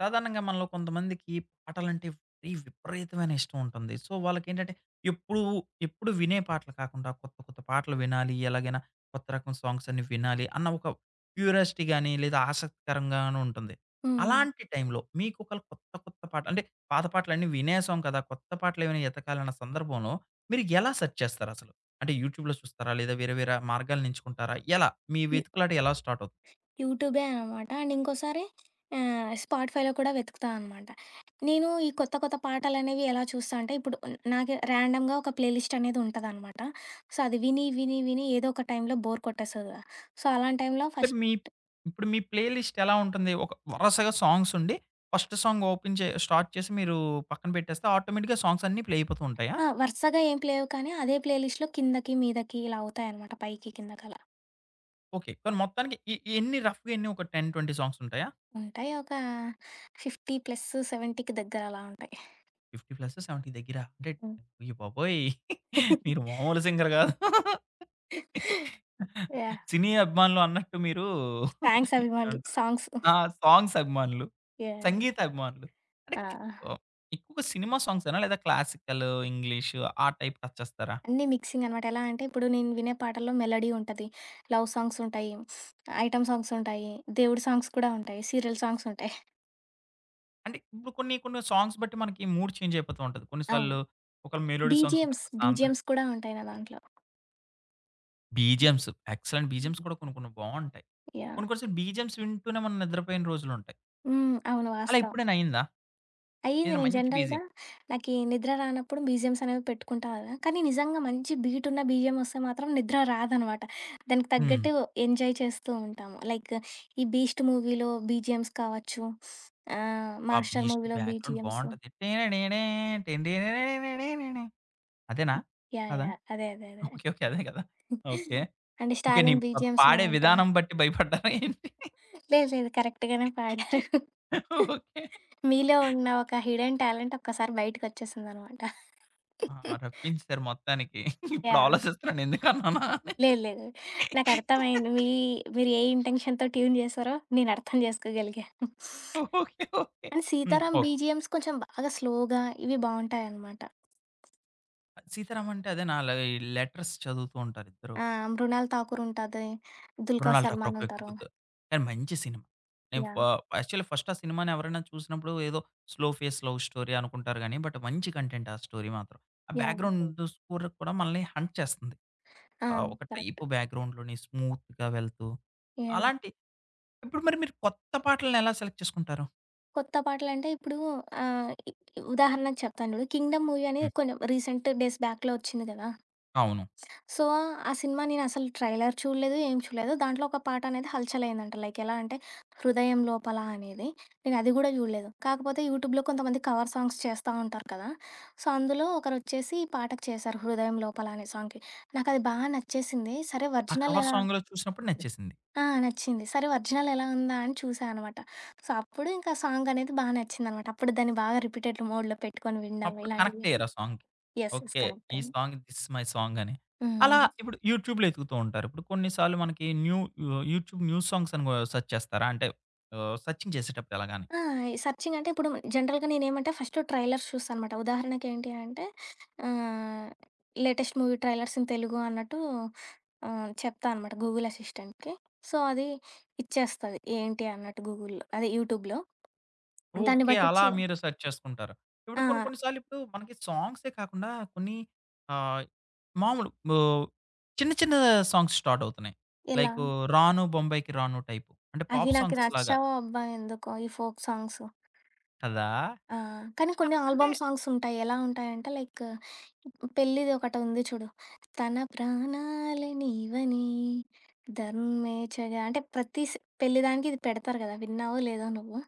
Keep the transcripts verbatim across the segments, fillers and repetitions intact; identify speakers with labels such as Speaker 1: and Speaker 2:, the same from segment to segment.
Speaker 1: సాధారణంగా మనలో కొంతమందికి పాటలంటే ఈ విపరీతమైన ఇష్టం ఉంటుంది. సో, వాళ్ళకేంటంటే ఎప్పుడూ, ఎప్పుడు ఎప్పుడు వినే పాటలు కాకుండా కొత్త, కొత్త పాటలు వినాలి. ఎలాగైనా కొత్త రకం సాంగ్స్ అన్ని వినాలి అన్న ఒక క్యూరియాసిటీ గాని, లేదా ఆసక్తికరంగాను ఉంటుంది.
Speaker 2: హ్మ్.
Speaker 1: అలాంటి టైంలో మీకు ఒకళ కొత్త, కొత్త పాట అంటే పాత పాటలన్నీ వినేసాం కదా! కొత్త పాటలు ఏమైనా ఎతకాలన్న సందర్భంలో మీరు ఎలా సెర్చ్ చేస్తారసలు? అంటే యూట్యూబ్‌లో చూస్తారా? లేదా వేరే, వేరే మార్గాలను ఎంచుకుంటారా? ఎలా? మీ
Speaker 2: యూ
Speaker 1: వెతుకులాట ఎలా స్టార్ట్ అవుతుంది?
Speaker 2: యూట్యూబే అనమాట. అండ్ ఇంకోసారి ఆహ్, స్పాటిఫైలో కూడా వెతుకుతా అనమాట. నేను ఈ కొత్త కొత్త పాటలనేవి ఎలా చూస్తా అంటే, ఇప్పుడు నాకు ర్యాండమ్‌గా ఒక ప్లే లిస్ట్ అనేది ఉంటదనమాట. సో, అది విని, విని, విని ఏదో ఒక టైంలో బోర్ కొట్టేస్తది కదా! సో, అలాంటి టైంలో
Speaker 1: అంటే
Speaker 2: ఫస్ట్
Speaker 1: మీ ఇప్పుడు మీ ప్లే లిస్ట్ ఎలా ఉంటుంది? ఒక వరసగా సాంగ్స్ ఉండి, ఫస్ట్ సాంగ్ ఓపెన్ చే స్టార్ట్ చేసి మీరు పక్కన పెట్టేస్తే ఆటోమేటిక్‌గా సాంగ్స్ అన్నీ ప్లే అయిపోతూ ఉంటాయా?
Speaker 2: ఆ! వరుసగా ఏం లేవు కానీ, అదే ప్లే లిస్ట్‌లో కిందకి, మీదకి ఇలా అవుతాయనమాట. పైకి, కిందకి అలా.
Speaker 1: ఓకే. కానీ మొత్తానికి ఎ ఎన్ని రఫ్‌గా ఎన్ని ఒక పది, ఇరవై సాంగ్స్ ఉంటాయా?
Speaker 2: ఉంటాయి ఒక యాభై ప్లస్ డెబ్బై 70కి దగ్గర అలా ఉంటాయి.
Speaker 1: యాభై ప్లస్ డెబ్బై దగ్గర. అంటే
Speaker 2: హ్మ్.
Speaker 1: అయ్య బాబోయ్! మీరు మామూలు సింగర్ కాదు.
Speaker 2: యాహ్!
Speaker 1: సినీ అభిమానులు అన్నట్టు మీరు
Speaker 2: థాంక్స్ అభిమానులు.
Speaker 1: ఏమంటారు?
Speaker 2: సాంగ్స్.
Speaker 1: ఆ! సాంగ్స్ అభిమానులు,
Speaker 2: యాహ్!
Speaker 1: సంగీత అభిమానులు. అంటే
Speaker 2: ఆ!
Speaker 1: ఆహ్, ఎక్కువగా సినిమా సాంగ్సేనా? లేదా క్లాసికల్, ఇంగ్లీషు ఆ టైప్ టచ్ చేస్తారా?
Speaker 2: అన్నీ మిక్సింగ్ అనమాట. ఎలా అంటే ఇప్పుడు నేను వినే పాటల్లో మెలోడీ ఉంటది. లవ్ సాంగ్స్ ఉంటాయి. ఐటెమ్ సాంగ్స్ ఉంటాయి. దేవుడి సాంగ్స్ కూడా ఉంటాయి. సీరియల్ సాంగ్స్ ఉంటాయి.
Speaker 1: అంటే ఇప్పుడు కొన్ని, కొన్ని సాంగ్స్ బట్టి మనకి మూడ్ చేంజ్ అయిపోతూ ఉంటది. కొన్ని
Speaker 2: అవును.
Speaker 1: సార్లు ఒక మెలోడీ సాంగ్స్ అయితే
Speaker 2: బీజీఎమ్స్,
Speaker 1: ప్రశాంత
Speaker 2: బీజీఎమ్స్ కూడా ఉంటాయి నా దాంట్లో.
Speaker 1: బీజీఎమ్స్ ఎక్సలెంట్ బీజీఎమ్స్ కూడా కొన్ని, కొన్ని బావుంటాయి. కొన్ని,
Speaker 2: యాహ్!
Speaker 1: కొన్ని సార్లు బీజీఎమ్స్ వింటూనే మనం నిద్రపోయిన రోజులుంటాయి.
Speaker 2: హ్మ్. అవును.
Speaker 1: అలా
Speaker 2: వాస్తవం.
Speaker 1: ఎప్పుడైనా అయిందా?
Speaker 2: అయ్యింది.
Speaker 1: ఏదైనా
Speaker 2: నేను
Speaker 1: మంచి
Speaker 2: జనరల్‌గా
Speaker 1: బీజీఎం
Speaker 2: నాకీ నిద్ర రానప్పుడు బీజీఎమ్స్ అనేవి పెట్టుకుంటా గదా! కానీ నిజంగా మంచి బీట్ ఉన్న బీజీఎమ్ వస్తే మాత్రం నిద్ర రాదనమాట. దానికి
Speaker 1: హ్మ్.
Speaker 2: తగ్గట్టు ఎంజాయ్ చేస్తూ ఉంటాము. లైక్ ఈ 'బీస్ట్' మూవీలో బీజీఎమ్స్ కావచ్చు. ఆహ్,
Speaker 1: ఆ
Speaker 2: 'మాస్టర్'
Speaker 1: బీస్ట్
Speaker 2: మూవీలో
Speaker 1: బ్యాక్‌గ్రౌండ్
Speaker 2: బీజీఎమ్స్.
Speaker 1: బావుంటది. అదేనా?
Speaker 2: యాహ్!
Speaker 1: కాదా?
Speaker 2: యాహ్! అదే. అదే. అదే.
Speaker 1: ఓకే. ఓకే. అదే కదా! ఓకే.
Speaker 2: అంటే
Speaker 1: ఓకే. నీ
Speaker 2: 'స్టాలిన్'
Speaker 1: ప
Speaker 2: బీజీఎమ్స్
Speaker 1: పాడే
Speaker 2: బావుంటాయి.
Speaker 1: విధానం బట్టి భయపడ్డారా ఏంటి?
Speaker 2: లేదు. లేదు. కరెక్ట్ గానే పాడారు.
Speaker 1: ఓకే.
Speaker 2: మీలో ఉన్న ఒక హిడెన్ టాలెంట్ ఒక్కసారి బయటికొచ్చేసిందనమాట.
Speaker 1: ఆ! రప్పించేసారు మొత్తానికి. ఇప్పుడు
Speaker 2: యాహ్!
Speaker 1: ఆలోచిస్తున్నాను ఎందుకన్నానా అని.
Speaker 2: లేదు. లేదు. నాకర్థమైంది. మీ మీరు ఏ ఇంటెన్షన్‌తో ట్యూన్ చేశారో నేను అర్థం చేసుకోగలిగా.
Speaker 1: ఓకే. ఓకే.
Speaker 2: అండ్
Speaker 1: హ్మ్.
Speaker 2: 'సీతారాం'
Speaker 1: ఓకే.
Speaker 2: బీజీఎమ్స్ కొంచెం బాగా స్లోగా ఇవి బావుంటాయనమాట.
Speaker 1: 'సీతారామం' అంటే అదేనా లే లెటర్స్ చదువుతూ ఉంటారు ఇద్దరు.
Speaker 2: ఆ! మృణాల్ ఠాకూర్ ఉంటది. 'దుల్కర్
Speaker 1: మృణాల్ ఠాకూర్ ఒక
Speaker 2: సల్మాన్'
Speaker 1: వ్యక్తి
Speaker 2: ఉంటారు.
Speaker 1: గుర్తు. కానీ మంచి సినిమా. నేను ఫ
Speaker 2: యాహ్!
Speaker 1: యాక్చువల్లీ ఫస్ట్ ఆ సినిమాని ఎవరైనా చూసినప్పుడు ఏదో స్లో ఫేస్ లవ్ స్టోరీ అనుకుంటారు గానీ, బట్ మంచి కంటెంట్ ఆ స్టోరీ మాత్రం. ఆ
Speaker 2: యాహ్!
Speaker 1: బ్యాక్‌గ్రౌండ్ స్కోర్ కూడా మనల్ని హంట్ చేస్తుంది.
Speaker 2: ఆ!
Speaker 1: ఆహ్, ఒక
Speaker 2: కరెక్ట్.
Speaker 1: టైపు బ్యాక్‌గ్రౌండ్‌లోని స్మూత్‌గా వెళ్తూ
Speaker 2: యాహ్!
Speaker 1: అలాంటి ఇప్పుడు మరి మీరు కొత్త పాటల్ని ఎలా సెలెక్ట్ చేసుకుంటారు?
Speaker 2: కొత్త పాటలంటే ఇప్పుడు ఆహ్, ఇ ఉదాహరణకు చెప్తాను చూడు. 'కింగ్డమ్' మూవీ
Speaker 1: హ్మ్.
Speaker 2: అనేది కొంచెం రీసెంట్ డేస్ బ్యాక్‌లో వచ్చింది కదా!
Speaker 1: అవును.
Speaker 2: సో, ఆ సినిమా నేనసలు ట్రైలర్ చూడలేదు, ఏం చూడలేదు. దాంట్లో ఒక పాట అనేది హల్చలయిందంట. లైక్ ఎలా అంటే 'హృదయం లోపల' అనేది. నేనది గూడా చూడలేదు. కాకపోతే యూట్యూబ్‌లో కొంతమంది కవర్ సాంగ్స్ చేస్తా ఉంటారు కదా! సో, అందులో ఒకరొచ్చేసి ఈ పాటకు చేశారు 'హృదయం లోపల' అనే సాంగ్‌కి. నాకది బా నచ్చేసింది. సరే
Speaker 1: ఆ
Speaker 2: ఒరిజినల్
Speaker 1: కవర్
Speaker 2: ఎలా
Speaker 1: సాంగ్‌లో చూసినప్పుడు నచ్చేసింది.
Speaker 2: ఆ! నచ్చింది. సరే ఒరిజినల్ ఎలా ఉందా అని చూసా అనమాట. సో, అప్పుడు ఇంకా సాంగ్ అనేది బా నచ్చిందనమాట. అప్పుడు దాన్ని బాగా రిపీటెడ్ మోడ్‌లో పెట్టుకొని వినడం
Speaker 1: అప్పుడు
Speaker 2: ఇలాంటివి
Speaker 1: కనెక్ట్ అయ్యారు
Speaker 2: చేస్తా.
Speaker 1: ఆ సాంగ్‌కి.
Speaker 2: యెస్. యెస్.
Speaker 1: ఓకే. ఈ
Speaker 2: కరెక్టే.
Speaker 1: Song this is my song అని.
Speaker 2: హ్మ్.
Speaker 1: అలా
Speaker 2: అదే.
Speaker 1: ఇప్పుడు యూట్యూబ్‌లో ఎతుకుతూ ఉంటారు. ఇప్పుడు కొన్ని సార్లు మనకి new you YouTube new songs అని కూడా సెర్చ్ చేస్తారా? అంటే ఆహ్, సెర్చింగ్ చేసేటప్పుడు ఎలాగాని.
Speaker 2: ఆ! ఈ సెర్చింగ్ అంటే ఇప్పుడు జనరల్‌గా నేనేమంటే ఫస్ట్ ట్రైలర్స్ చూస్తానమాట. ఉదాహరణకి ఏంటి అంటే ఆహ్, latest movie trailers in Telugu అన్నట్టు ఆహ్, చెప్తా అనమాట గూగుల్ అసిస్టెంట్‌కి. సో, అది ఇచ్చేస్తది ఏంటి అన్నట్టు గూగుల్‌లో అదే యూట్యూబ్‌లో. దాన్ని
Speaker 1: ఓకే. అలా
Speaker 2: బట్టిచ్చి
Speaker 1: మీరు సెర్చ్ చేసుకుంటారు. ఇప్పుడు
Speaker 2: ఆ!
Speaker 1: కొన్ని కొన్ని సార్లు ఇప్పుడు మనకి సాంగ్సే కాకుండా కొన్ని ఆహ్, మామూలు ఆహ్, చిన్న చిన్న సాంగ్స్ స్టార్ట్ అవుతున్నాయి.
Speaker 2: ఎలా?
Speaker 1: లైకు 'రాను బొంబాయికి రాను' టైపు. అంటే
Speaker 2: అవి
Speaker 1: పాప్
Speaker 2: నాకు
Speaker 1: సాంగ్స్ లాగా.
Speaker 2: నచ్చవు అబ్బా! ఎందుకో ఈ ఫోక్ సాంగ్స్.
Speaker 1: కదా!
Speaker 2: ఆ! కానీ
Speaker 1: ఆ!
Speaker 2: కొన్ని
Speaker 1: అంటే
Speaker 2: ఆల్బమ్ సాంగ్స్ ఉంటాయి. ఎలా ఉంటాయంటే లైక్ పెళ్ళిది ఒకటుంది చూడు. తన ప్రాణాలే నీవని ధర్మేచగా అంటే ప్రతి స్ పెళ్లి దానికి ఇది పెడతారు కదా! విన్నావో లేదో నువ్వు?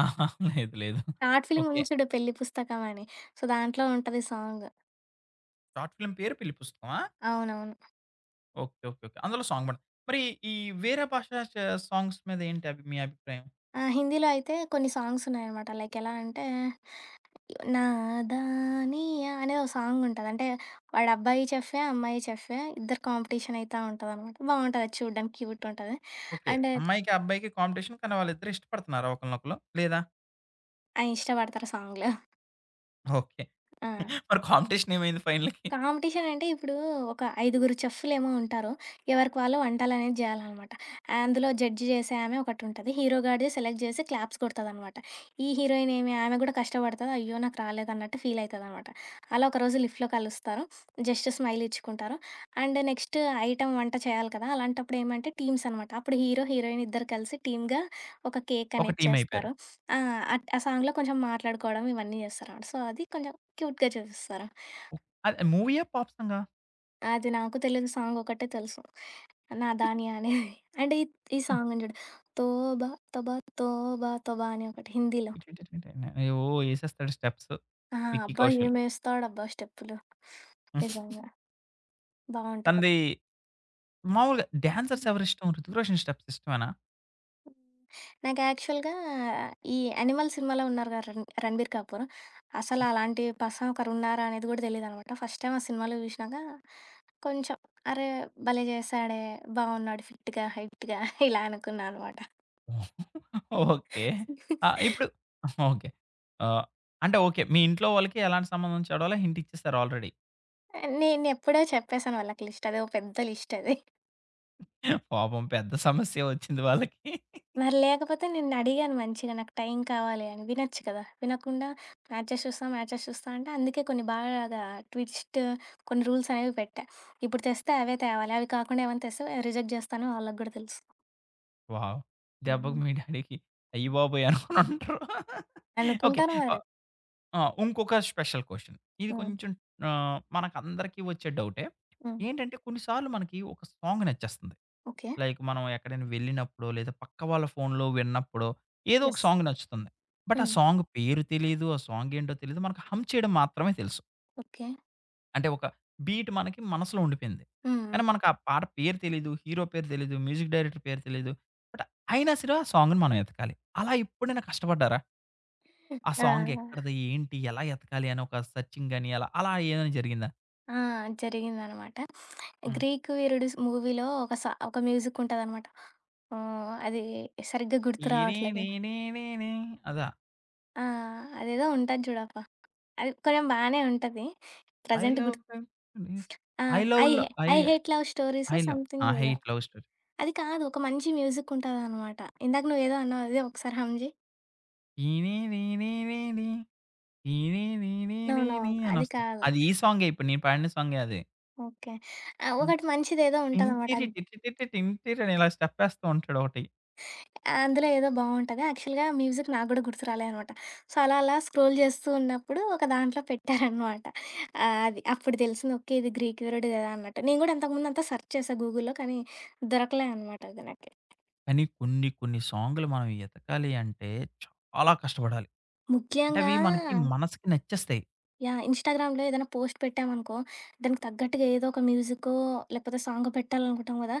Speaker 1: ఆహా! లేదు. లేదు.
Speaker 2: Short film
Speaker 1: okay.
Speaker 2: ఉంది చూడు 'పెళ్లి పుస్తకం' అని. సో, దాంట్లో ఉంటది సాంగ్.
Speaker 1: షార్ట్ ఫిల్మ్ పేరు పెళ్లి పుస్తకమా?
Speaker 2: అవునవును.
Speaker 1: ఓకే. ఓకే. ఓకే. అందులో సాంగ్ పాట మరి ఈ వేరే భాష చ సాంగ్స్ మీద ఏంటి అభి మీ అభిప్రాయం?
Speaker 2: ఆ! హిందీలో అయితే కొన్ని సాంగ్స్ ఉన్నాయన్నమాట. లైక్ ఎలా అంటే నాదానియా అనే ఓ సాంగ్ ఉంటది. అంటే వాడు అబ్బాయి చెఫే, అమ్మాయి చెఫే ఇద్దరు కాంపిటీషన్ అయితా ఉంటదనమాట. బావుంటది అది చూడ్డానికి క్యూట్ ఉంటది.
Speaker 1: ఓకే.
Speaker 2: అండ్
Speaker 1: అమ్మాయికి, అబ్బాయికి కాంపిటీషన్ కానీ వాళ్ళిద్దరూ ఇష్టపడుతున్నారా ఒకళ్ళనొకళ్ళు? లేదా?
Speaker 2: ఆయన ఇష్టపడతారు సాంగ్‌లో.
Speaker 1: ఓకే.
Speaker 2: ఆ!
Speaker 1: మరి కాంపిటీషన్ ఏమైంది ఫైనల్‌కి?
Speaker 2: కాంపిటీషన్ అంటే ఇప్పుడు ఒక ఐదుగురు చెఫ్‌లేమో ఉంటారు. ఎవరికి వాళ్ళు వంటలనేవి జేయాలనమాట. అందులో జడ్జ్ జేసే ఆమె ఒకటుంటది. హీరో గాడిది సెలెక్ట్ జేసి క్లాప్స్ కొడతదనమాట. ఈ హీరోయిన్ ఏమి ఆమె గూడా కష్టపడతది. అయ్యో! నాకు రాలేదన్నట్టు ఫీల్ అయితదనమాట. అలా ఒకరోజు లిఫ్ట్‌లో కలుస్తారు. జస్ట్ స్మైల్ ఇచ్చుకుంటారు. అండ్ నెక్స్ట్ ఐటెమ్ వంట చేయాలి కదా! అలాంటప్పుడు ఏమంటే టీమ్స్ అనమాట. అప్పుడు హీరో, హీరోయిన్ ఇద్దరు కలిసి టీమ్‌గా ఒక కేక్
Speaker 1: ఒక
Speaker 2: అనేది
Speaker 1: టీమ్ అయిపోయారు.
Speaker 2: చేస్తారు. ఆ! అట్ ఆ సాంగ్‌లో కొంచెం మాట్లాడుకోవడం ఇవన్నీ జేస్తారనమాట. సో, అది కొంచెం క్యూట్‌గా చూపిస్తారు.
Speaker 1: ఓహ్! అది మూవీయా? పాప్ సాంగా?
Speaker 2: అది నాకు తెలియని సాంగ్ ఒకటే తెలుసు. 'నా దాని' అనేది. అండ్ ఈ ఈ సాంగ్ ఉంది చూడు. 'తోబా తోబా తోబా తోబా' అని ఒకటి హిందీలో.
Speaker 1: ఓహ్! ఏసేస్తాడు స్టెప్స్.
Speaker 2: ఆ!
Speaker 1: 'విక్కీ
Speaker 2: అబ్బా!
Speaker 1: కౌశల్.'
Speaker 2: ఏమేస్తాడబ్బా స్టెప్పులు. నిజంగా బావుంటది.
Speaker 1: తనది మామూలుగా డాన్సర్స్ ఎవరిష్టం? 'రుతుక్ రోషన్' స్టెప్స్ ఇష్టమేనా?
Speaker 2: నాకు యాక్చువల్‌గా ఈ 'యానిమల్' సినిమాలో ఉన్నారు కదా! రణ్ 'రణబీర్ కపూర్'. అసలు అలాంటి పర్సన్ ఒకరున్నారా అనేది కూడా తెలీదనమాట. ఫస్ట్ టైమ్ ఆ సినిమాలో చూసినాక కొంచెం అరే! భలే చేశాడే, బావున్నాడు ఫిట్‌గా, హైట్‌గా ఇలా అనుకున్నా అనమాట.
Speaker 1: ఓకే. ఆహ్, ఇప్పుడు ఓకే. ఆహ్, అంటే ఓకే. మీ ఇంట్లో వాళ్ళకి ఎలాంటి సంబంధం చెడోలో హింట్ ఇచ్చేసారు ఆల్రెడీ.
Speaker 2: నేనెప్పుడో చెప్పేసాను వాళ్ళకి లిస్ట్. అదో పెద్ద లిస్ట్ అది.
Speaker 1: పాపం పెద్ద సమస్యే వచ్చింది వాళ్ళకి.
Speaker 2: మరి లేకపోతే నిన్నడిగాను మంచిగా నాకు టైం కావాలి అని. వినొచ్చు కదా! వినకుండా మ్యాచెస్ చూస్తా, మ్యాచెస్ చూస్తా అంటే అందుకే కొన్ని బాగా ట్విస్ట్ కొన్ని రూల్స్ అనేవి పెట్టా. ఇప్పుడు తెస్తే అవే తేవాలి. అవి కాకుండా ఏమైనా తెస్తే రిజెక్ట్ చేస్తాను వాళ్ళకి గూడా తెలుసు.
Speaker 1: వావ్!
Speaker 2: హుహు.
Speaker 1: దెబ్బకి మీ డ్యాడీకి అయ్యబాబోయ్! అనుకోనుంటారు. ఓకే.
Speaker 2: అనుకుంటాను మరి.
Speaker 1: ఆహ్, ఆ! ఇంకొక స్పెషల్ క్వెషన్. ఇది
Speaker 2: హ్మ్.
Speaker 1: కొంచెం ఆహ్, మనకందరికీ వచ్చే డౌటే.
Speaker 2: హ్మ్.
Speaker 1: ఏంటంటే కొన్ని సార్లు మనకి ఒక సాంగ్ నచ్చేస్తుంది.
Speaker 2: ఓకే.
Speaker 1: లైక్ మనం ఎక్కడైనా వెళ్ళినప్పుడో, లేదా పక్క వాళ్ళ ఫోన్‌లో విన్నప్పుడో, ఏదో ఒక
Speaker 2: యెస్.
Speaker 1: సాంగ్ నచ్చుతుంది. బట్ ఆ
Speaker 2: హ్మ్.
Speaker 1: సాంగ్ పేరు తెలీదు. ఆ సాంగ్ ఏంటో తెలీదు. మనకు హమ్ చేయడం మాత్రమే తెలుసు.
Speaker 2: ఓకే.
Speaker 1: అంటే ఒక బీట్ మనకి మనసులో ఉండిపోయింది.
Speaker 2: హ్మ్. హ్మ్.
Speaker 1: కానీ మనకు ఆ పాట పేరు తెలీదు. హీరో పేరు తెలీదు. మ్యూజిక్ డైరెక్టర్ పేరు తెలీదు. బట్ అయినా సరే ఆ సాంగ్‌ని మనం ఎతకాలి. అలా ఎప్పుడైనా కష్టపడ్డారా? ఆ సాంగ్
Speaker 2: ఆ!
Speaker 1: ఎక్కడిది? ఏంటి? ఎలా ఎతకాలి? అని ఒక సెర్చింగ్ గాని అలా, అలా ఏమైనా జరిగిందా?
Speaker 2: ఆ! జరిగిందనమాట.
Speaker 1: హ్మ్.
Speaker 2: 'గ్రీక్ వీరుడు' మూవీలో ఒక సా ఒక మ్యూజిక్ ఉంటదనమాట. ఓహ్! అది సరిగ్గా
Speaker 1: ఈ
Speaker 2: గుర్తు
Speaker 1: నీ
Speaker 2: రావట్లేదు.
Speaker 1: నీ నీ నీ నీ అదా?
Speaker 2: ఆ! అదేదో ఉంటది చూడప్పా! అది కొంచెం బానే ఉంటది.
Speaker 1: ఐ
Speaker 2: ప్రెజెంట్
Speaker 1: లవ్
Speaker 2: గుర్తు ఆ!
Speaker 1: ఐ
Speaker 2: ఐ
Speaker 1: లవ్‌లో
Speaker 2: hey
Speaker 1: I
Speaker 2: 'I hate love
Speaker 1: I
Speaker 2: స్టోరీసో'
Speaker 1: లవ్
Speaker 2: సంథింగ్
Speaker 1: ఆ!
Speaker 2: ఏదో.
Speaker 1: 'Hate' love story.
Speaker 2: అది కాదు ఒక మంచి మ్యూజిక్ ఉంటదనమాట. ఇందాక నువ్వేదో అన్నావు అదే ఒకసారి హమ్ జెయి.
Speaker 1: టీనీ రీనీ రీనీ, టీనీ రీనీ
Speaker 2: నో. నో.
Speaker 1: రీనీ
Speaker 2: అది
Speaker 1: అనొస్తది.
Speaker 2: కాదు.
Speaker 1: అది ఈ సాంగే ఇప్పుడు నేను పాడిన సాంగే అది.
Speaker 2: ఓకే. ఆహ్,
Speaker 1: ఇంకో
Speaker 2: ఒకటి మంచిదేదో ఉంటదనమాట.
Speaker 1: టింటిరి
Speaker 2: అది
Speaker 1: టిటిటిటి టింటిరి అని ఇలా స్టెప్ ఏస్తూ ఉంటాడు ఒకటి.
Speaker 2: ఆ, అందులో ఏదో బావుంటది. యాక్చువల్‌గా మ్యూజిక్ నాకు గూడా గుర్తు రాలే అనమాట. సో, అలా అలా స్క్రోల్ జేస్తూ ఉన్నప్పుడు ఒక దాంట్లో పెట్టారనమాట. ఆహ్, అది అప్పుడు తెలిసింది ఓకే. ఇది గ్రీక్ వర్డ్ గదా! అన్నట్టు. నేను గూడా అంతకుముందు అంతా సెర్చ్ చేశా గూగుల్‌లో. కానీ దొరకలే అనమాట అది నాకి.
Speaker 1: కానీ కొన్ని కొన్ని సాంగులు మనం ఎతకాలి అంటే చాలా కష్టపడాలి. అంటే అవి
Speaker 2: ముఖ్యంగా
Speaker 1: మనకి
Speaker 2: ఓకే.
Speaker 1: మనసుకి నచ్చేస్తాయి.
Speaker 2: యాహ్! ఇన్‌స్టాగ్రామ్‌లో ఏదైనా పోస్ట్ పెట్టామనుకో, దానికి తగ్గట్టుగా ఏదో ఒక మ్యూజికో, లేకపోతే సాంగో పెట్టాలనుకుంటాం గదా!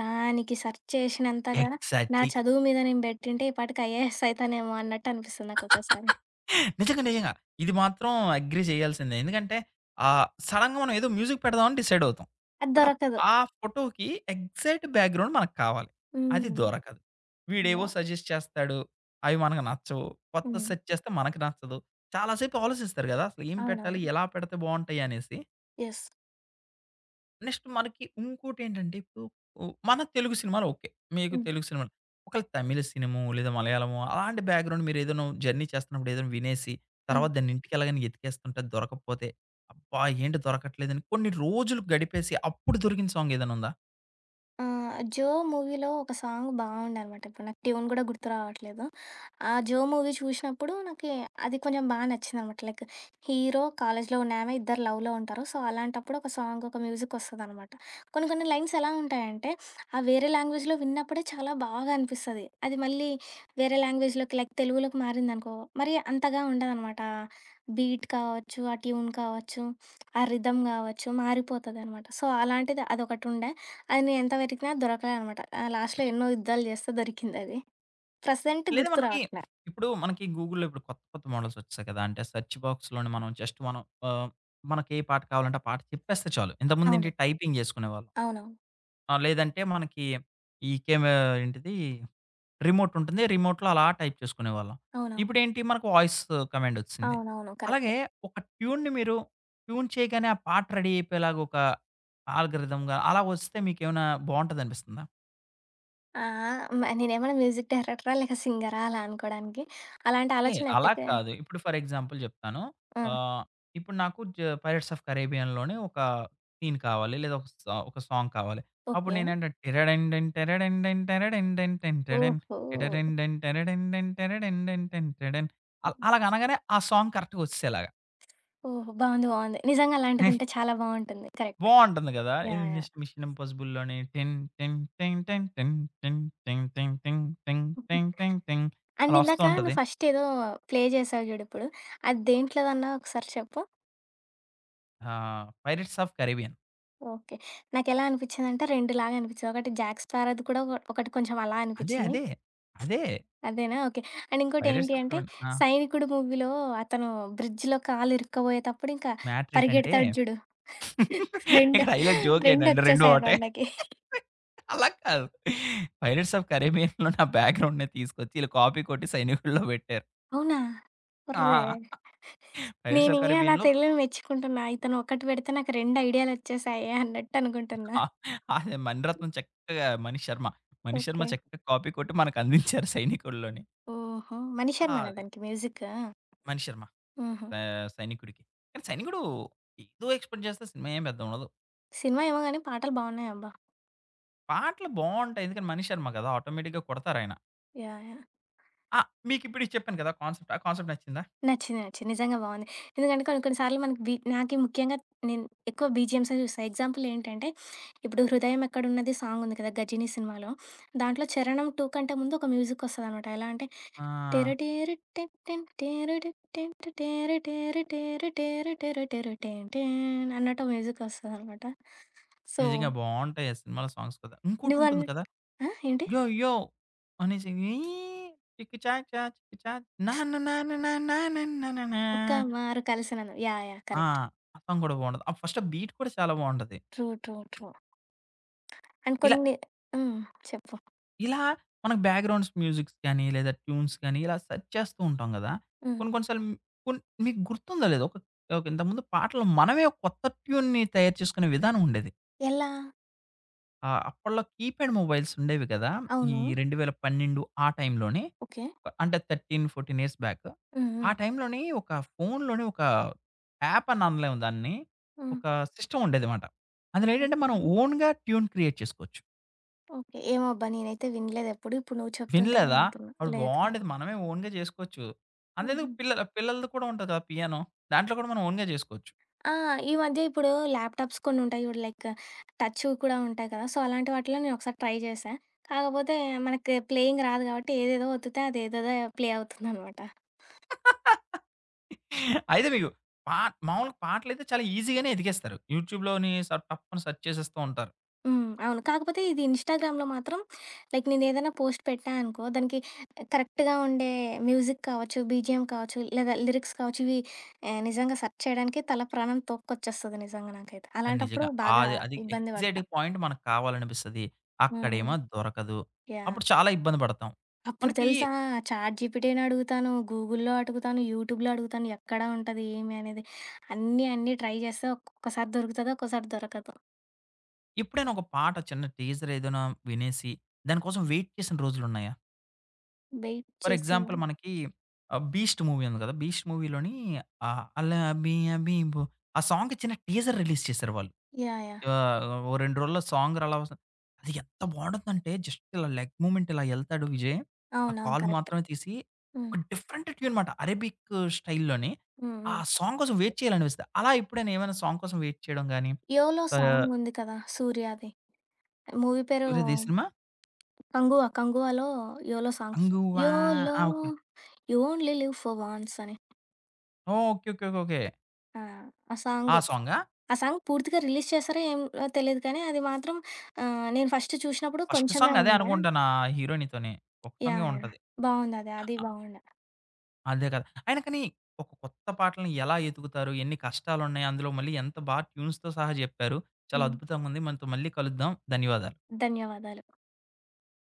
Speaker 2: దానికి సెర్చ్ చేసినంతగా నా
Speaker 1: ఎగ్జాక్ట్‌లీ.
Speaker 2: చదువు మీద నేను బెట్టింటే ఈ పాటికి ఐఏఎస్ అయితానేమో అన్నట్టు అనిపిస్తుంది నాకొక్కోసారి.
Speaker 1: నిజంగా, నిజంగా. ఇది మాత్రం అగ్రీ చేయాల్సిందే. ఎందుకంటే ఆహ్, సడెన్‌గా మనం ఏదో మ్యూజిక్ పెడదామని డిసైడ్ అవుతాం.
Speaker 2: అది
Speaker 1: బట్ అప్
Speaker 2: దొరకదు.
Speaker 1: ఆ ఫోటోకి ఎగ్జాక్ట్ బ్యాక్‌గ్రౌండ్ మనకు కావాలి. అది
Speaker 2: హ్మ్.
Speaker 1: దొరకదు. వీడేవో
Speaker 2: యాహ్!
Speaker 1: సజెస్ట్ చేస్తాడు. అవి మనకు నచ్చవు. కొత్తది
Speaker 2: హ్మ్.
Speaker 1: సెర్చ్ చేస్తే మనకు నచ్చదు. చాలా సేపు ఆలోచిస్తారు గదా! అసలు ఏం పెట్టాలి?
Speaker 2: అవునవును.
Speaker 1: ఎలా పెడితే బావుంటాయి అనేసి.
Speaker 2: యెస్.
Speaker 1: నెక్స్ట్ మనకి ఉంకోటేంటంటే ఇప్పుడు ఉ మన తెలుగు సినిమాలు ఓకే. మీకు
Speaker 2: హ్మ్.
Speaker 1: తెలుగు సినిమాలు. ఒకవేళ తమిళ సినిమో, లేదా మలయాళమో అలాంటి బ్యాక్‌గ్రౌండ్ మీరేదైనా జర్నీ చేస్తున్నప్పుడు ఏదైనా వినేసి,
Speaker 2: హ్మ్.
Speaker 1: తర్వాత దాన్ని ఇంటికెళ్ళగానే ఎతికేస్తుంటే దొరకకపోతే, అబ్బా! ఏంటి దొరకట్లేదని కొన్ని రోజులు గడిపేసి అప్పుడు దొరికిన సాంగ్ ఏదైనా ఉందా?
Speaker 2: ఆ! 'జో' మూవీలో ఒక సాంగ్ బావుండనమాట. ఇప్పుడు నాకు ట్యూన్ గూడా గుర్తు రావట్లేదు. ఆ 'జో' మూవీ చూసినప్పుడు నాకి అది కొంచెం బా నచ్చిందనమాట. లైక్ హీరో, కాలేజ్‌లో ఉన్న ఆమె ఇద్దరు లవ్‌లో ఉంటారు. సో, అలాంటప్పుడు ఒక సాంగ్, ఒక మ్యూజిక్ ఒస్తదనమాట. కొన్ని కొన్ని లైన్స్ ఎలా ఉంటాయంటే, ఆ వేరే లాంగ్వేజ్‌లో విన్నప్పుడే చాలా బాగా అనిపిస్తది. అది మళ్ళీ వేరే లాంగ్వేజ్‌లోకి లైక్ తెలుగులోకి మారిందనుకో, మరి అంతగా ఉండదనమాట. ఆ బీట్ కావచ్చు, ఆ ట్యూన్ కావచ్చు, ఆ రిథమ్ గావచ్చు మారిపోతదనమాట. సో, అలాంటిది అదొకటుండే. అది నేనెంత వెతికినా దొరకలేదనమాట. ఆహ్, లాస్ట్‌లో ఎన్నో యుద్ధాలు చేస్తే దొరికిందది. ప్రెజెంట్
Speaker 1: లేదా
Speaker 2: గుర్తు
Speaker 1: మనకి
Speaker 2: రావట్లే.
Speaker 1: ఇప్పుడు మనకి గూగుల్‌లో ఇప్పుడు కొత్త కొత్త మోడల్స్ వచ్చేసాయి కదా! అంటే సెర్చ్ బాక్స్‌లోని మనం జస్ట్ మనం ఆహ్, మనకి ఏ పాట కావాలంటే ఆ పాట చెప్పేస్తే చాలు. ఇంతకుముందేంటి
Speaker 2: అవును.
Speaker 1: టైపింగ్ చేసుకునేవాళ్ళం.
Speaker 2: అవునవును.
Speaker 1: ఆ! లేదంటే మనకి ఈ కెమె ఏంటిది రిమోట్ ఉంటుంది. రిమోట్‌లో అలా టైప్ చేసుకునేవాళ్ళం.
Speaker 2: అవునవును.
Speaker 1: ఇప్పుడేంటి మనకు వాయిస్ కమాండ్ ఒచ్సింది.
Speaker 2: అవునవును. కరెక్ట్.
Speaker 1: అలాగే ఒక ట్యూన్‌ని మీరు ట్యూన్ చేయగానే ఆ పాట రెడీ అయిపోయేలాగా ఒక ఆల్‌గారిథమ్‌గా అలా ఒస్తే మీకేమైనా బావుంటదనిపిస్తుందా?
Speaker 2: ఆ! ఆ! మ నేనేమైనా మ్యూజిక్ డైరెక్టరా? లేక సింగరా అలా అనుకోడానికి? అలాంటి
Speaker 1: ఏ
Speaker 2: ఆలోచన
Speaker 1: అలా
Speaker 2: ఎప్పుడైతే
Speaker 1: కాదు. ఇప్పుడు ఫర్ ఎగ్జాంపుల్ జెప్తాను.
Speaker 2: ఆ!
Speaker 1: ఆహ్, ఇప్పుడు నాకు జ 'పైరేట్స్ ఆఫ్ కరేబియన్‌లోనే' ఒక సీన్ కావాలి. లేదా ఒక సా ఒక సాంగ్ కావాలి. అప్పుడు
Speaker 2: ఓకే.
Speaker 1: నేనేంటంటే టెరడెండెన్ టెరడెండెన్ టెరడెండెన్ టెన్ టెడెన్
Speaker 2: ఓహో!
Speaker 1: టెరడెండెన్ టెరడెండెన్ టెరడెండెన్ టెన్ టెడెన్ అల్ అలాగనగానే ఆ సాంగ్ కరెక్ట్‌గా ఒచ్చేసేలాగా.
Speaker 2: ఓహో! బావుంది. బావుంది. నిజంగా అలాంటిదుంటే చాలా బావుంటుంది. కరెక్ట్.
Speaker 1: బావుంటుంది గదా! ఇది
Speaker 2: యాహ్! యాహ్!
Speaker 1: నెక్స్ట్ 'మిషన్ ఇంపాసిబుల్‌లోనే' టిన్ టిన్ టిన్ టిన్ టిన్ టిన్ టిన్ టిన్ టిన్ టిన్ టిన్ టిన్ టిన్
Speaker 2: అండ్
Speaker 1: అలా ఒస్తూ
Speaker 2: ఇందాక
Speaker 1: ఉంటది.
Speaker 2: నువ్వు ఫస్ట్ ఏదో ప్లే చేసావు చూడు ఇప్పుడు. అది దేంట్లోదన్నావు ఒకసారి చెప్పు?
Speaker 1: ఆ! 'Pirates of Caribbean'
Speaker 2: okay. నాకెలా అనిపిచ్చిందంటే రెండు లాగా అనిపిచ్చింది. ఒకటి 'జాక్ స్పారోది' కూడా ఒక ఒకటి కొంచెం అలా
Speaker 1: అదే.
Speaker 2: అనిపిచ్చింది.
Speaker 1: అదే. అదే.
Speaker 2: అదేనా? ఓకే. అండ్
Speaker 1: పైరేట్స్
Speaker 2: ఇంకోటేంటి
Speaker 1: ఆఫ్
Speaker 2: అంటే
Speaker 1: కరేబియన్. ఆ!
Speaker 2: 'సైనికుడు' మూవీలో అతను బ్రిడ్జ్‌లో కాలు ఇరుక్కపోయేతప్పుడు ఇంకా
Speaker 1: మ్యాటర్ ఏంటంటే
Speaker 2: పరిగెడతాడు జూడు. రెండు
Speaker 1: ఇక్కడ హైలైట్ జోక్ ఏంటంటే రెండు ఒకటే.
Speaker 2: రెండొచ్చేసాయన్నమాట నాకి.
Speaker 1: అలా కాదు. పైరేట్స్ ఆఫ్ కరేబియన్‌లో నా బ్యాక్‌గ్రౌండ్‌నే తీసుకొచ్చి ఈళ్ళు కాపీ కొట్టి సైనికుల్లో పెట్టారు.
Speaker 2: అవునా? ఒర్రే!
Speaker 1: ఆ! పైరేట్స్ ఆఫ్
Speaker 2: నేనింగా నా
Speaker 1: కరేబియన్‌లో
Speaker 2: తెలివిని మెచ్చుకుంటున్నా. ఇతను ఒకటి పెడితే నాకు రెండు ఐడియాలొచ్చేసాయే అన్నట్టు అనుకుంటున్నా.
Speaker 1: ఆ! అది మణిరత్నం చక్కగా మణి శర్మ. మణి శర్మ
Speaker 2: ఓకే.
Speaker 1: చక్కగా కాపీ కొట్టి మనకు అందించారు సైనికుల్లోని.
Speaker 2: ఓహో!
Speaker 1: ఆ!
Speaker 2: 'మణిశర్మనా'
Speaker 1: అది
Speaker 2: దానికి మ్యూజిక్కా?
Speaker 1: మణి శర్మ
Speaker 2: హుహు.
Speaker 1: ఆహ్, సైనికుడికి. కానీ సైనికుడు ఏదో ఎక్స్‌పెక్ట్ చేస్తే సినిమా ఏం పెద్ద ఉండదు.
Speaker 2: సినిమా ఏమో గానీ పాటలు బావున్నాయబ్బా!
Speaker 1: పాటలు బావుంటాయి. ఎందుకంటే మణి శర్మ కదా! ఆటోమేటిక్‌గా కొడతారాయన.
Speaker 2: యాహ్! యాహ్!
Speaker 1: ఆ! మీకిప్పుడు ఇది చెప్పాను కదా! కాన్సెప్ట్. ఆ కాన్సెప్ట్ నచ్చిందా?
Speaker 2: నచ్చింది. నచ్చింది. నిజంగా బావుంది. ఎందుకంటే కొన్ని కొన్ని సార్లు మనకి బి నాకి ముఖ్యంగా నేను ఎక్కువ బీజీఎమ్సే చూస్తా. ఎగ్జాంపుల్ ఏంటంటే, ఇప్పుడు 'హృదయం ఎక్కడున్నది' సాంగ్ ఉంది కదా! 'గజినీ' సినిమాలో. దాంట్లో 'చరణం రెండు' కంటే ముందు ఒక మ్యూజిక్ వస్తదనమాట. ఎలా అంటే
Speaker 1: ఆ!
Speaker 2: టేరు టేరు టెన్ టెన్ టేరు టు టెన్ టు టేరు టేరు టేరు టేరు టేరు టేరు టెన్ టేన్ అన్నట్టు ఓ మ్యూజిక్ వస్తదనమాట. సో,
Speaker 1: నిజంగా బావుంటాయి ఆ సినిమాలో సాంగ్స్ కదా!
Speaker 2: నువ్వన్
Speaker 1: ఇంకోటుంటుంది కదా!
Speaker 2: ఆ! ఏంటి?
Speaker 1: యో! యో! అనేసి ఈ చిక్కి చాక్ చా చిక్కి చా నాన్న నాన్న నా నా నన్న నా
Speaker 2: 'ఒక్క మారు కలిసినందుకు' యాహ్! యాహ్!
Speaker 1: ఆ!
Speaker 2: కరెక్ట్.
Speaker 1: ఆ సాంగ్ కూడా బావుంటది. ఆ ఫస్ట్ ఆ బీట్ కూడా చాలా బావుంటది.
Speaker 2: ట్రూ. ట్రూ. ట్రూ. అండ్
Speaker 1: ఇలా,
Speaker 2: కొన్ని హ్మ్. చెప్పు.
Speaker 1: ఇలా మనకు బ్యాక్‌గ్రౌండ్స్ మ్యూజిక్స్ గాని, లేదా ట్యూన్స్ గాని ఇలా సెర్చ్ చేస్తూ ఉంటాం గదా!
Speaker 2: హ్మ్.
Speaker 1: కొన్ని కొన్ని సార్లు కొన్ మీకు గుర్తుందో లేదో ఒక ఒక ఇంతకుముందు పాటలు మనమే ఒక కొత్త ట్యూన్‌ని తయారు చేసుకునే విధానం ఉండేది.
Speaker 2: ఎలా?
Speaker 1: ఆ! అప్పట్లో కీప్యాడ్ మొబైల్స్ ఉండేవి కదా! ఈ
Speaker 2: అవును.
Speaker 1: రెండు వేల పన్నెండు ఆ టైంలోనే.
Speaker 2: ఓకే.
Speaker 1: అంటే పదమూడు, పద్నాలుగు ఇయర్స్ బ్యాక్.
Speaker 2: హ్మ్.
Speaker 1: ఆ
Speaker 2: హ్మ్.
Speaker 1: టైంలోని ఒక ఫోన్‌లోని ఒక యాప్ అని అనలేము దాన్ని.
Speaker 2: హ్మ్.
Speaker 1: ఒక సిస్టమ్ ఉండేదిమాట. అందులో ఏంటంటే
Speaker 2: ఓకే.
Speaker 1: మనం ఓన్‌గా ట్యూన్ క్రియేట్ చేసుకోవచ్చు.
Speaker 2: ఓకే. ఏమోబ్బా! నేనైతే వినలేదెప్పుడు. ఇప్పుడు నువ్వు చెప్తుంటేనే
Speaker 1: వినలేదా?
Speaker 2: వింటున్నా.
Speaker 1: అప్పుడు
Speaker 2: లేదు.
Speaker 1: బావుండేది. మనమే ఓన్‌గా చేసుకోవచ్చు. అంతెందుకు
Speaker 2: హుహు.
Speaker 1: పిల్లల పిల్లలది కూడా ఉంటది కదా! పియానో. దాంట్లో కూడా మనం ఓన్‌గా చేసుకోవచ్చు.
Speaker 2: ఆ! ఈ మధ్య ఇప్పుడు ల్యాప్‌టాప్స్ కొన్నుంటాయి చూడు లైక్ టచ్‌వి కూడా ఉంటాయి కదా! సో, అలాంటి వాటిలో నేనొకసారి ట్రై చేశా. కాకపోతే మనకి ప్లేయింగ్ రాదు కాబట్టి ఏదేదో ఒత్తితే అదేదేదో ప్లే అవుతుందనమాట.
Speaker 1: అయితే మీకు పా మామూలుగా పాటలైతే చాలా ఈజీగానే ఎతికేస్తారు. యూట్యూబ్‌లోని స టప్పని సెర్చ్ చేసేస్తూ ఉంటారు.
Speaker 2: హ్మ్. అవును. కాకపోతే ఇది ఇన్‌స్టాగ్రామ్‌లో మాత్రం లైక్ నేనేదైనా పోస్ట్ పెట్టా అనుకో, దానికి కరెక్ట్‌గా ఉండే మ్యూజిక్ కావచ్చు, బీజీఎం కావచ్చు, లేదా లిరిక్స్ కావచ్చు, ఇవి ఆహ్, నిజంగా సెర్చ్ చేయడానికి తల ప్రాణం తోక్కొచ్చేస్తది నిజంగా నాకైతే.
Speaker 1: కానీ
Speaker 2: అలాంటప్పుడు
Speaker 1: నిజంగా
Speaker 2: బాగా
Speaker 1: ఆది అది
Speaker 2: ఇబ్బంది
Speaker 1: ఎగ్జాక్ట్
Speaker 2: పడతా.
Speaker 1: పాయింట్ మనకు కావాలనిపిస్తది.
Speaker 2: హ్మ్.
Speaker 1: అక్కడేమో దొరకదు. అప్పుడు
Speaker 2: యాహ్!
Speaker 1: చాలా ఇబ్బంది పడతాం.
Speaker 2: అప్పుడు
Speaker 1: మనకి
Speaker 2: తెలుసా చాట్‌జీపీటీని అడుగుతాను, గూగుల్‌లో అడుగుతాను, యూట్యూబ్‌లో అడుగుతాను, ఎక్కడ ఉంటది ఏమి అనేది. అన్నీ అన్నీ ట్రై చేస్తే ఒక్కొక్కసారి దొరుకుతది, ఒక్కోసారి దొరకదు.
Speaker 1: ఎప్పుడైనా ఒక పాట చిన్న టీజర్ ఏదైనా వినేసి, దానికోసం వెయిట్ చేసిన రోజులున్నాయా?
Speaker 2: వెయిట్
Speaker 1: ఫర్
Speaker 2: చేసిన
Speaker 1: ఎగ్జాంపుల్ మనకి ఆహ్, 'బీస్ట్' మూవీ ఉంది కదా! 'బీస్ట్' మూవీలోని ఆహ్, 'అలా అబి అబిబో' ఆ సాంగ్‌కి చిన్న టీజర్ రిలీజ్ చేశారు వాళ్ళు.
Speaker 2: యాహ్! యాహ్!
Speaker 1: ఆహ్, ఓ రెండు రోజుల్లో సాంగ్ రలవస అది ఎంత బావుంటుందంటే జస్ట్ ఇలా లెగ్ మూవ్‌మెంట్ ఇలా ఎళ్తాడు విజయ్. ఆ
Speaker 2: అవునవును.
Speaker 1: కాలు
Speaker 2: కరెక్ట్.
Speaker 1: మాత్రమే తీసి
Speaker 2: హ్మ్.
Speaker 1: ఒక డిఫరెంట్ ట్యూన్ మాట. అరబిక్ స్టైల్‌లోని
Speaker 2: హ్మ్.
Speaker 1: ఆ
Speaker 2: హ్మ్.
Speaker 1: సాంగ్ కోసం వెయిట్ చేయాలనిపిస్తది. అలా ఎప్పుడైనా ఏమైనా సాంగ్ కోసం వెయిట్ చేయడం గాని
Speaker 2: 'యోలో'
Speaker 1: ఆహ్,
Speaker 2: సాంగ్ ఉంది కదా! సూర్యాది. మూవీ పేరు
Speaker 1: వేరేది ఏ సినిమా?
Speaker 2: 'కంగువ'. 'కంగువలో' 'యోలో' సాంగ్.
Speaker 1: 'కంగువా'
Speaker 2: యోలో
Speaker 1: ఆ! Okay.
Speaker 2: You only live for once అని.
Speaker 1: ఓహ్! ఓకే. ఓకే. ఓకే. ఓకే.
Speaker 2: ఆ! ఆ
Speaker 1: ఆ
Speaker 2: సాంగ్.
Speaker 1: సాంగా?
Speaker 2: ఆ సాంగ్ పూర్తిగా రిలీజ్ చేశారో ఏం తెలీదు కానీ, అది మాత్రం ఆహ్, నేను ఫస్ట్ చూసినప్పుడు
Speaker 1: ఫస్ట్
Speaker 2: కొంచెమే
Speaker 1: సాంగ్ అదే
Speaker 2: ఉండే.
Speaker 1: అనుకుంటాను ఆ హీరోయిన్‌తోని. ఒక సాంగే
Speaker 2: యాహ్! యాహ్!
Speaker 1: ఉంటది.
Speaker 2: బావుందది. అది బావుండే.
Speaker 1: అదే కదా! అయినా కానీ ఒక కొత్త పాటల్ని ఎలా ఎతుకుతారు? ఎన్ని కష్టాలున్నాయి? అందులో మళ్ళీ ఎంత బా ట్యూన్స్‌తో సహా జెప్పారు. చాలా
Speaker 2: హ్మ్.
Speaker 1: అద్భుతంగుంది. మనతో మళ్ళీ కలుద్దాం. ధన్యవాదాలు.
Speaker 2: ధన్యవాదాలు.